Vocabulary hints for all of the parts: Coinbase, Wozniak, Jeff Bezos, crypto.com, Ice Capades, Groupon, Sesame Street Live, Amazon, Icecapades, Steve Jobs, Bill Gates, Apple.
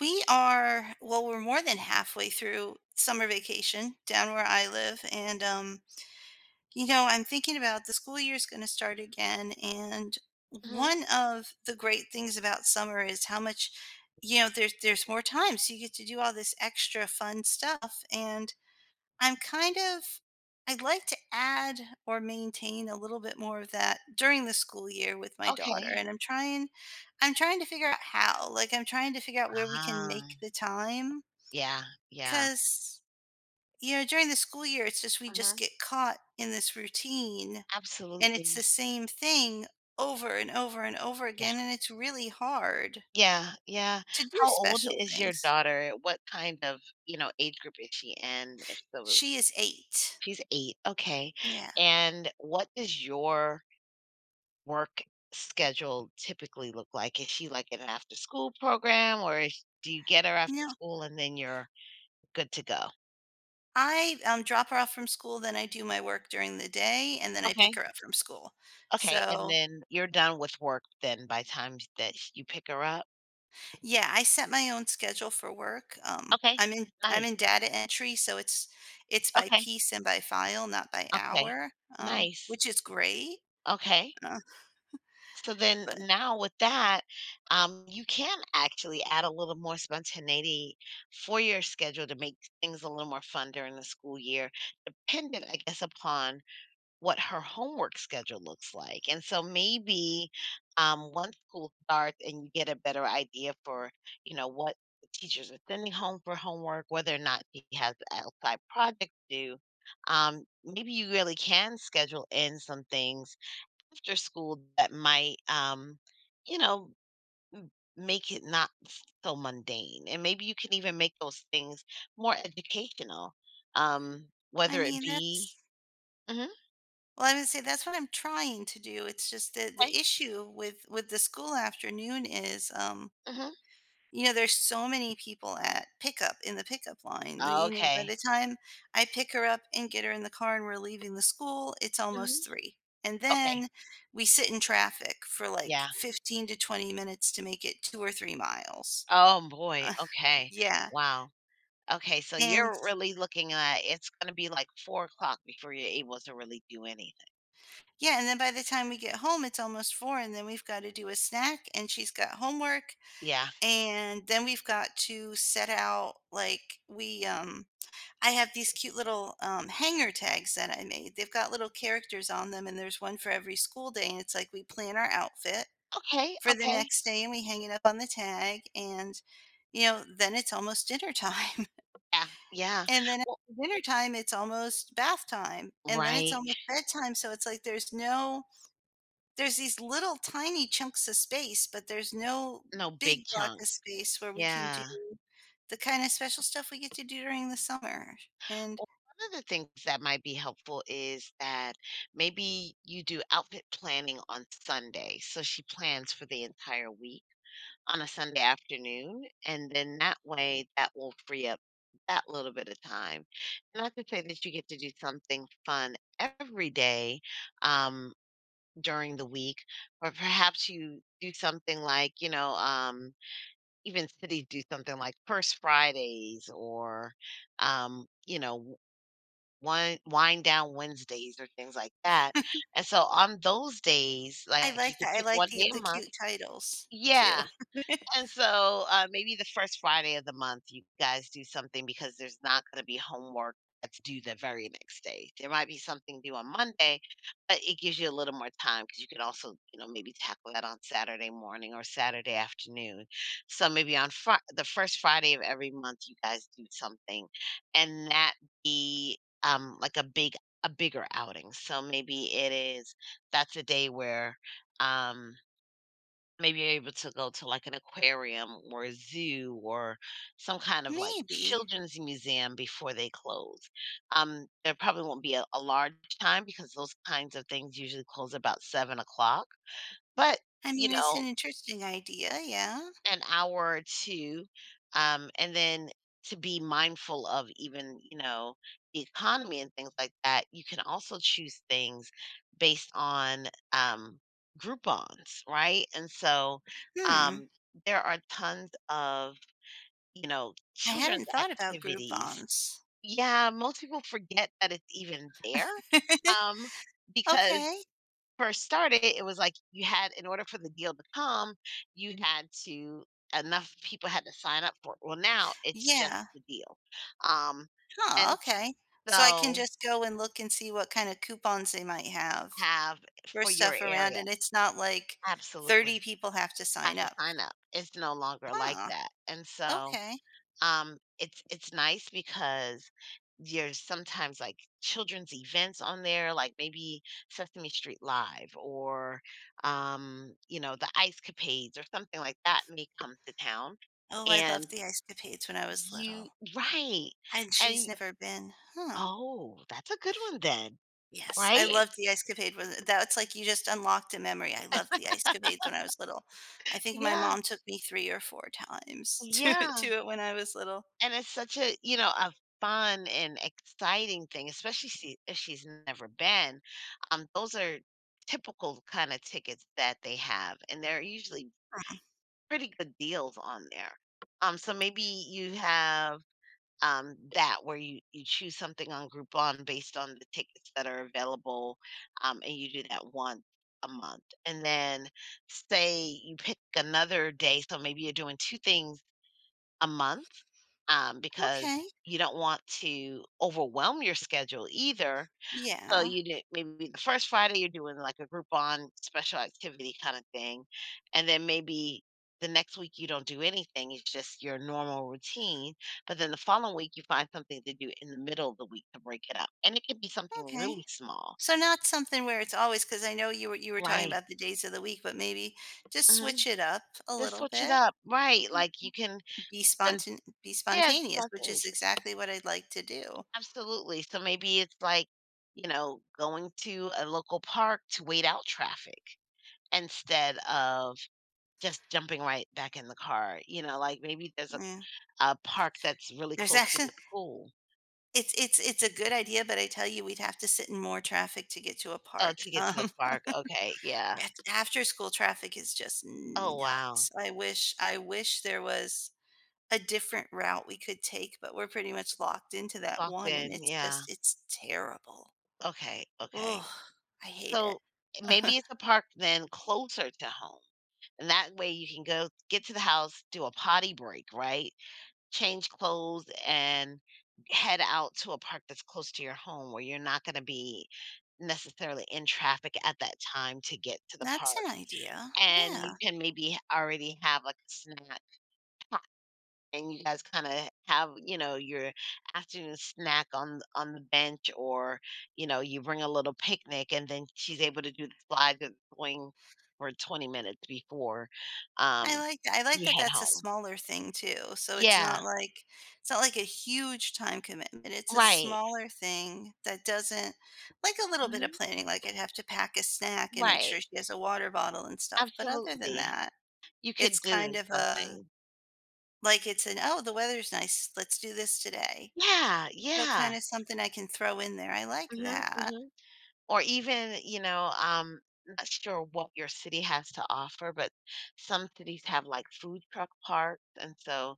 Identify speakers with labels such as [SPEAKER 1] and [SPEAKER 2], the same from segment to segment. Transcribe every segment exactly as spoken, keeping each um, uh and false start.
[SPEAKER 1] We are well, we're more than halfway through summer vacation down where I live, and um, you know, I'm thinking about the school year is going to start again, and
[SPEAKER 2] Mhm.
[SPEAKER 1] one of the great things about summer is how much, you know, there's there's more time, so you get to do all this extra fun stuff, and I'm kind of I'd like to add or maintain a little bit more of that during the school year with my daughter,
[SPEAKER 2] Okay.
[SPEAKER 1] and I'm trying I'm trying to figure out how. Like, I'm trying to figure out where we can
[SPEAKER 2] Ah,
[SPEAKER 1] make the time,
[SPEAKER 2] yeah, yeah.
[SPEAKER 1] because you know, during the school year, it's just we just
[SPEAKER 2] Mhm.
[SPEAKER 1] get caught in this routine, and it's the
[SPEAKER 2] Absolutely.
[SPEAKER 1] same thing over and over and over
[SPEAKER 2] Yeah.
[SPEAKER 1] again, and it's really hard
[SPEAKER 2] Yeah, yeah.
[SPEAKER 1] to do
[SPEAKER 2] How old
[SPEAKER 1] special
[SPEAKER 2] is your
[SPEAKER 1] things.
[SPEAKER 2] daughter? What kind of, you know, age group is she in? If so
[SPEAKER 1] She is eight.
[SPEAKER 2] She's eight, okay.
[SPEAKER 1] Yeah.
[SPEAKER 2] And what does your work schedule typically look like? Is she like in an after school program or is do you get her after
[SPEAKER 1] No.
[SPEAKER 2] school and then you're good to go?
[SPEAKER 1] I, um, drop her off from school, then I do my work during the day, and then I
[SPEAKER 2] Okay.
[SPEAKER 1] pick her up from school.
[SPEAKER 2] Okay, and
[SPEAKER 1] So,
[SPEAKER 2] then you're done with work then by times that you pick her up?
[SPEAKER 1] yeah, I set my own schedule for work. Um,
[SPEAKER 2] Okay,
[SPEAKER 1] I'm in I'm
[SPEAKER 2] nice.
[SPEAKER 1] in data entry, so it's it's by
[SPEAKER 2] Okay,
[SPEAKER 1] piece and by file, not by
[SPEAKER 2] okay,
[SPEAKER 1] hour, um,
[SPEAKER 2] nice.
[SPEAKER 1] which is great.
[SPEAKER 2] Okay,
[SPEAKER 1] Uh,
[SPEAKER 2] so then
[SPEAKER 1] but
[SPEAKER 2] now with that, um, you can actually add a little more spontaneity for your schedule to make things a little more fun during the school year, dependent, I guess, upon what her homework schedule looks like. And so maybe um, once school starts and you get a better idea for, you know, what the teachers are sending home for homework, whether or not she has outside projects due, um, maybe you really can schedule in some things after school that might, um, you know, make it not so mundane. And maybe you can even make those things more educational, um,
[SPEAKER 1] I
[SPEAKER 2] whether it
[SPEAKER 1] mean,
[SPEAKER 2] be.
[SPEAKER 1] that's
[SPEAKER 2] Mhm,
[SPEAKER 1] well, I would say that's what I'm trying to do. It's just the the
[SPEAKER 2] okay.
[SPEAKER 1] issue with with the school afternoon is, um.
[SPEAKER 2] hmm
[SPEAKER 1] You know, there's so many people at pickup in the pickup line that, you know, by
[SPEAKER 2] Okay.
[SPEAKER 1] the time I pick her up and get her in the car and we're leaving the school, it's
[SPEAKER 2] Mhm.
[SPEAKER 1] almost three. And
[SPEAKER 2] Okay.
[SPEAKER 1] then we sit in traffic for
[SPEAKER 2] Yeah.
[SPEAKER 1] like fifteen to twenty minutes to make it two or three miles.
[SPEAKER 2] Oh boy.
[SPEAKER 1] Uh,
[SPEAKER 2] Okay.
[SPEAKER 1] yeah.
[SPEAKER 2] Wow. Okay. So
[SPEAKER 1] And
[SPEAKER 2] you're really looking at it's going to be like four o'clock before you're able to really do anything.
[SPEAKER 1] yeah, and then by the time we get home, it's almost four, and then we've got to do a snack, and she's got homework,
[SPEAKER 2] Yeah.
[SPEAKER 1] and then we've got to set out like we, um I have these cute little, um, hanger tags that I made. They've got little characters on them, and there's one for every school day, and it's like we plan our outfit
[SPEAKER 2] Okay.
[SPEAKER 1] for the
[SPEAKER 2] Okay.
[SPEAKER 1] next day, and we hang it up on the tag, and, you know, then it's almost dinner time.
[SPEAKER 2] Yeah. Yeah.
[SPEAKER 1] And then
[SPEAKER 2] Well,
[SPEAKER 1] after dinner time, it's almost bath time, and then it's
[SPEAKER 2] right.
[SPEAKER 1] almost bedtime, so it's like there's no there's these little tiny chunks of space, but there's no
[SPEAKER 2] No big
[SPEAKER 1] big block
[SPEAKER 2] chunk.
[SPEAKER 1] of space where we can do
[SPEAKER 2] Yeah.
[SPEAKER 1] the kinda special stuff we get to do during the summer, and
[SPEAKER 2] Well, one of the things that might be helpful is that maybe you do outfit planning on Sunday. So she plans for the entire week on a Sunday afternoon, and then that way, that will free up that little bit of time. Not to say that you get to do something fun every day, um, during the week, or perhaps you do something like, you know, um, even cities do something like First Fridays or, um, you know, w- wine wind down Wednesdays or things like that. And so on those days,
[SPEAKER 1] I
[SPEAKER 2] like
[SPEAKER 1] like
[SPEAKER 2] you could
[SPEAKER 1] that, I
[SPEAKER 2] pick
[SPEAKER 1] like
[SPEAKER 2] one
[SPEAKER 1] the
[SPEAKER 2] day a
[SPEAKER 1] the
[SPEAKER 2] month.
[SPEAKER 1] cute titles too.
[SPEAKER 2] Yeah, and so, uh, maybe the first Friday of the month, you guys do something because there's not gonna be homework that's due the very next day. There might be something due on Monday, but it gives you a little more time because you can also, you know, maybe tackle that on Saturday morning or Saturday afternoon. So maybe on Fri the first Friday of every month, you guys do something, and that be, um, like a big a bigger outing. So maybe it is that's a day where, um maybe able to go to, like, an aquarium or a zoo or some kind of, like,
[SPEAKER 1] Maybe.
[SPEAKER 2] children's museum before they close. Um, there probably won't be a a large time because those kinds of things usually close about seven o'clock, but,
[SPEAKER 1] I
[SPEAKER 2] you
[SPEAKER 1] mean, it's
[SPEAKER 2] know,
[SPEAKER 1] an interesting idea, yeah.
[SPEAKER 2] an hour or two, um, and then to be mindful of even, you know, the economy and things like that, you can also choose things based on, um, Groupons, right? And so,
[SPEAKER 1] Hmm,
[SPEAKER 2] um, there are tons of, you know,
[SPEAKER 1] I hadn't
[SPEAKER 2] children's
[SPEAKER 1] thought about group
[SPEAKER 2] activities.
[SPEAKER 1] bonds.
[SPEAKER 2] Yeah, most people forget that it's even there, um, because
[SPEAKER 1] Okay,
[SPEAKER 2] first started, it was like you had in order for the deal to come, you had to enough people had to sign up for it. Well, now it's just
[SPEAKER 1] yeah.
[SPEAKER 2] the deal. Um,
[SPEAKER 1] Huh,
[SPEAKER 2] and
[SPEAKER 1] okay. So I can
[SPEAKER 2] so
[SPEAKER 1] just go and look and see what kind of coupons they might have
[SPEAKER 2] have
[SPEAKER 1] for
[SPEAKER 2] for your
[SPEAKER 1] stuff around,
[SPEAKER 2] area.
[SPEAKER 1] and it's not like
[SPEAKER 2] Absolutely.
[SPEAKER 1] thirty people have to
[SPEAKER 2] Have
[SPEAKER 1] sign
[SPEAKER 2] to
[SPEAKER 1] up.
[SPEAKER 2] sign up. It's no longer like
[SPEAKER 1] Huh,
[SPEAKER 2] that. And so
[SPEAKER 1] okay.
[SPEAKER 2] Um, it's it's nice because there's sometimes like children's events on there, like maybe Sesame Street Live or um, you know, the Ice Capades or something like that may come to town.
[SPEAKER 1] Oh, I
[SPEAKER 2] And
[SPEAKER 1] loved the ice Icecapades when I was
[SPEAKER 2] you
[SPEAKER 1] little,
[SPEAKER 2] right.
[SPEAKER 1] and she's
[SPEAKER 2] And
[SPEAKER 1] never been. Huh.
[SPEAKER 2] oh, that's a good one then,
[SPEAKER 1] Yes, I
[SPEAKER 2] right?
[SPEAKER 1] loved the Ice Capade with that's like you just unlocked a memory. I loved the Ice Capades when I was little. I think my
[SPEAKER 2] Yeah.
[SPEAKER 1] mom took me three or four times to
[SPEAKER 2] Yeah.
[SPEAKER 1] to it when I was little.
[SPEAKER 2] And it's such a, you know, a fun and exciting thing, especially she if she's never been. Um, those are typical kind of tickets that they have, and they're usually
[SPEAKER 1] Mm,
[SPEAKER 2] pretty good deals on there. Um, so maybe you have um, that where you, you choose something on Groupon based on the tickets that are available, um, and you do that once a month. And then say you pick another day, so maybe you're doing two things a month, um, because
[SPEAKER 1] okay.
[SPEAKER 2] you don't want to overwhelm your schedule either. So
[SPEAKER 1] Yeah,
[SPEAKER 2] you do maybe the first Friday you're doing like a group on special activity kind of thing, and then maybe the next week you don't do anything. It's just your normal routine. But then the following week you find something to do in the middle of the week to break it up, and it could be something
[SPEAKER 1] okay.
[SPEAKER 2] really small,
[SPEAKER 1] So not something where it's always because I know you were you were talking
[SPEAKER 2] right?
[SPEAKER 1] about the days of the week, but maybe just
[SPEAKER 2] hmm
[SPEAKER 1] switch it up a
[SPEAKER 2] Just
[SPEAKER 1] little
[SPEAKER 2] switch it
[SPEAKER 1] bit.
[SPEAKER 2] up, right?
[SPEAKER 1] Mm,
[SPEAKER 2] Like you can.
[SPEAKER 1] be
[SPEAKER 2] And
[SPEAKER 1] spontan be
[SPEAKER 2] yeah, it's
[SPEAKER 1] spontaneous, which
[SPEAKER 2] something.
[SPEAKER 1] is exactly what I'd like to do.
[SPEAKER 2] Absolutely. So maybe it's like, you know, going to a local park to wait out traffic instead of just jumping right back in the car. You know, like maybe there's a,
[SPEAKER 1] Yeah.
[SPEAKER 2] a park that's really
[SPEAKER 1] There's
[SPEAKER 2] close to
[SPEAKER 1] actually
[SPEAKER 2] the school.
[SPEAKER 1] It's it's it's a good idea, but I tell you, we'd have to sit in more traffic to get to a
[SPEAKER 2] Oh,
[SPEAKER 1] park.
[SPEAKER 2] to get to the
[SPEAKER 1] Um,
[SPEAKER 2] park. Okay. Yeah.
[SPEAKER 1] after school traffic is just
[SPEAKER 2] Oh, wow.
[SPEAKER 1] nuts. I wish I wish there was a different route we could take, but we're pretty much locked into that
[SPEAKER 2] Locked
[SPEAKER 1] one, and
[SPEAKER 2] in.
[SPEAKER 1] it's
[SPEAKER 2] Yeah.
[SPEAKER 1] just it's terrible.
[SPEAKER 2] Okay. Okay.
[SPEAKER 1] Oh, I hate it.
[SPEAKER 2] So maybe it's a park then closer to home. And that way you can go get to the house, do a potty break, right? Change clothes and head out to a park that's close to your home where you're not going to be necessarily in traffic at that time to get to the
[SPEAKER 1] That's
[SPEAKER 2] park.
[SPEAKER 1] an idea.
[SPEAKER 2] And you
[SPEAKER 1] Yeah.
[SPEAKER 2] can maybe already have like a snack and you guys kind of have, you know, your afternoon snack on on the bench or, you know, you bring a little picnic and then she's able to do the slide that's going for twenty minutes before
[SPEAKER 1] I
[SPEAKER 2] um
[SPEAKER 1] like that I like
[SPEAKER 2] you
[SPEAKER 1] that
[SPEAKER 2] head
[SPEAKER 1] that's a
[SPEAKER 2] home.
[SPEAKER 1] smaller thing too, so it's not
[SPEAKER 2] Yeah,
[SPEAKER 1] like it's not like a huge time commitment, it's a
[SPEAKER 2] right.
[SPEAKER 1] smaller thing that doesn't like a little bit of
[SPEAKER 2] Mhm,
[SPEAKER 1] planning, like I'd have to pack a snack and make
[SPEAKER 2] right.
[SPEAKER 1] sure she has a water bottle and stuff, but other than
[SPEAKER 2] Absolutely.
[SPEAKER 1] that,
[SPEAKER 2] You could
[SPEAKER 1] it's
[SPEAKER 2] do
[SPEAKER 1] kind of a
[SPEAKER 2] something.
[SPEAKER 1] like it's an, "Oh, the weather's nice, let's do this today."
[SPEAKER 2] Yeah,
[SPEAKER 1] So
[SPEAKER 2] yeah.
[SPEAKER 1] kinda something I can throw in there, I like
[SPEAKER 2] Mhm,
[SPEAKER 1] that.
[SPEAKER 2] mhm. Or even, you know, um, not sure what your city has to offer, but some cities have, like, food truck parks, and so,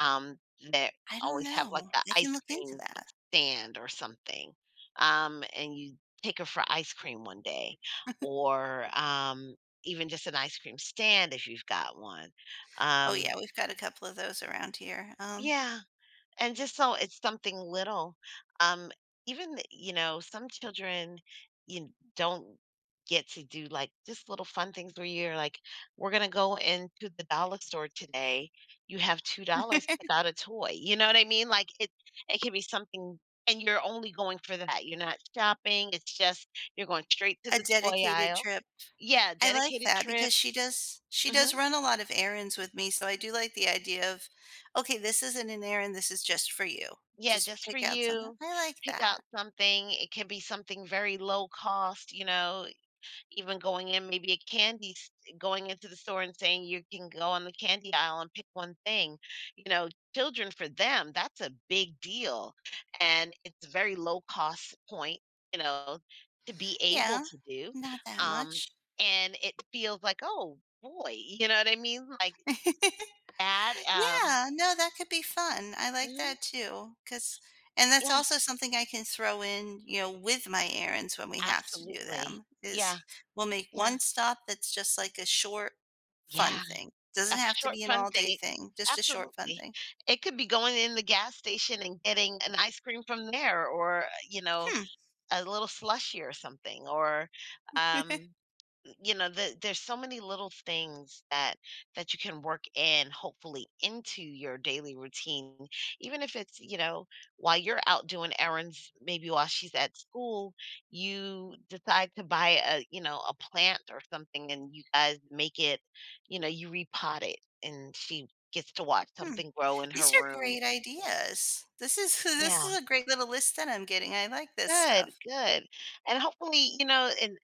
[SPEAKER 2] um, they
[SPEAKER 1] I don't
[SPEAKER 2] always have, like,
[SPEAKER 1] know,
[SPEAKER 2] an
[SPEAKER 1] I
[SPEAKER 2] ice
[SPEAKER 1] can look into
[SPEAKER 2] cream
[SPEAKER 1] that.
[SPEAKER 2] stand or something, um, and you take her for ice cream one day, or, um, even just an ice cream stand if you've got one.
[SPEAKER 1] Oh yeah,
[SPEAKER 2] Um,
[SPEAKER 1] we've got a couple of those around here, um.
[SPEAKER 2] yeah. And just so it's something little. Um, even, th- you know, some children you n- don't get to do like just little fun things where you're like, we're gonna go into the dollar store today. You have two dollars, pick out a toy. You know what I mean? Like it it can be something and you're only going for that. You're not shopping, it's just you're going straight to
[SPEAKER 1] A
[SPEAKER 2] the toy
[SPEAKER 1] dedicated
[SPEAKER 2] aisle.
[SPEAKER 1] trip.
[SPEAKER 2] Yeah,
[SPEAKER 1] I like
[SPEAKER 2] dedicated
[SPEAKER 1] that
[SPEAKER 2] trip.
[SPEAKER 1] because she does she
[SPEAKER 2] Mhm.
[SPEAKER 1] does run a lot of errands with me, so I do like the idea of, "Okay, this isn't an errand, this is just for you.
[SPEAKER 2] Yeah,
[SPEAKER 1] Just
[SPEAKER 2] just for
[SPEAKER 1] pick out something."
[SPEAKER 2] you.
[SPEAKER 1] I like
[SPEAKER 2] Pick out
[SPEAKER 1] that.
[SPEAKER 2] something. It can be something very low cost, you know, even going in, maybe a candy, s- going into the store and saying you can go on the candy aisle and pick one thing. You know, children for them, that's a big deal. And it's a very low cost point, you know, to be able
[SPEAKER 1] Yeah,
[SPEAKER 2] to do.
[SPEAKER 1] not that
[SPEAKER 2] Um,
[SPEAKER 1] much.
[SPEAKER 2] and it feels like, oh boy, you know what I mean? Like that. Um,
[SPEAKER 1] Yeah, no, that could be fun. I like
[SPEAKER 2] mhm,
[SPEAKER 1] that too, because and that's
[SPEAKER 2] yeah,
[SPEAKER 1] also something I can throw in, you know, with my errands when we have to do
[SPEAKER 2] absolutely.
[SPEAKER 1] them, is
[SPEAKER 2] Yeah.
[SPEAKER 1] we'll make
[SPEAKER 2] Yeah.
[SPEAKER 1] one stop that's just like a short, fun
[SPEAKER 2] Yeah,
[SPEAKER 1] thing. Doesn't
[SPEAKER 2] a
[SPEAKER 1] have to
[SPEAKER 2] short
[SPEAKER 1] be an
[SPEAKER 2] fun thing,
[SPEAKER 1] all-day
[SPEAKER 2] it
[SPEAKER 1] thing, just a short, fun
[SPEAKER 2] absolutely.
[SPEAKER 1] thing.
[SPEAKER 2] It could be going in the gas station and getting an ice cream from there or, you know,
[SPEAKER 1] Hmm.
[SPEAKER 2] a little slushy or something or, um you know the, there's so many little things that that you can work in hopefully into your daily routine, even if it's, you know, while you're out doing errands, maybe while she's at school you decide to buy a, you know, a plant or something and you guys make it, you know, you repot it and she gets to watch
[SPEAKER 1] Hmm.
[SPEAKER 2] something grow in her
[SPEAKER 1] These are
[SPEAKER 2] room.
[SPEAKER 1] great ideas. This is this
[SPEAKER 2] Yeah,
[SPEAKER 1] is a great little list that I'm getting. I like this
[SPEAKER 2] good,
[SPEAKER 1] stuff.
[SPEAKER 2] good. And hopefully, you know, and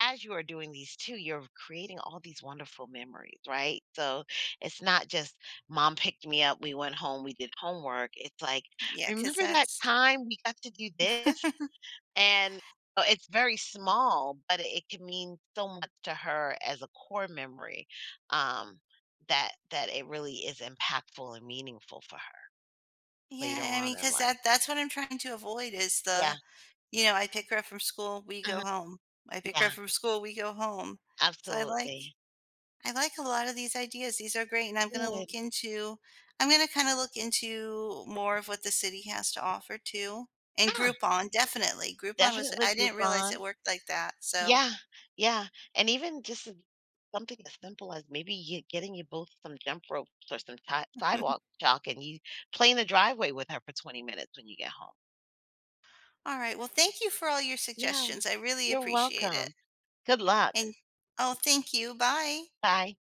[SPEAKER 2] as you are doing these two you're creating all these wonderful memories, right? So it's not just mom picked me up, we went home, we did homework. It's like,
[SPEAKER 1] Yeah, because
[SPEAKER 2] remember that
[SPEAKER 1] that's
[SPEAKER 2] time we got to do this? And uh, it's very small, but it can mean so much to her as a core memory, um, that that it really is impactful and meaningful for her later
[SPEAKER 1] Yeah, I
[SPEAKER 2] on
[SPEAKER 1] mean,
[SPEAKER 2] in
[SPEAKER 1] because
[SPEAKER 2] life.
[SPEAKER 1] that that's what I'm trying to avoid is
[SPEAKER 2] Yeah,
[SPEAKER 1] the you know, I pick her up from school, we go
[SPEAKER 2] mhm,
[SPEAKER 1] home. I pick her
[SPEAKER 2] yeah,
[SPEAKER 1] up from school, we go home. So I like
[SPEAKER 2] absolutely.
[SPEAKER 1] I like a lot of these ideas. These are great, and I'm gonna
[SPEAKER 2] Good.
[SPEAKER 1] look into I'm gonna kinda look into more of what the city has to offer too. And
[SPEAKER 2] Yeah,
[SPEAKER 1] Groupon, definitely. Groupon was
[SPEAKER 2] definitely
[SPEAKER 1] I didn't realize it
[SPEAKER 2] Groupon.
[SPEAKER 1] worked like that, so.
[SPEAKER 2] Yeah, yeah, and even just s something as simple as maybe you getting you both some jump ropes or some ti sidewalk chalk, and you play in the driveway with her for twenty minutes when you get home.
[SPEAKER 1] Alright, well, thank you for all your
[SPEAKER 2] Yeah,
[SPEAKER 1] suggestions. I really
[SPEAKER 2] you're
[SPEAKER 1] appreciate it.
[SPEAKER 2] welcome. Good luck.
[SPEAKER 1] And Oh, thank you. Bye.
[SPEAKER 2] Bye.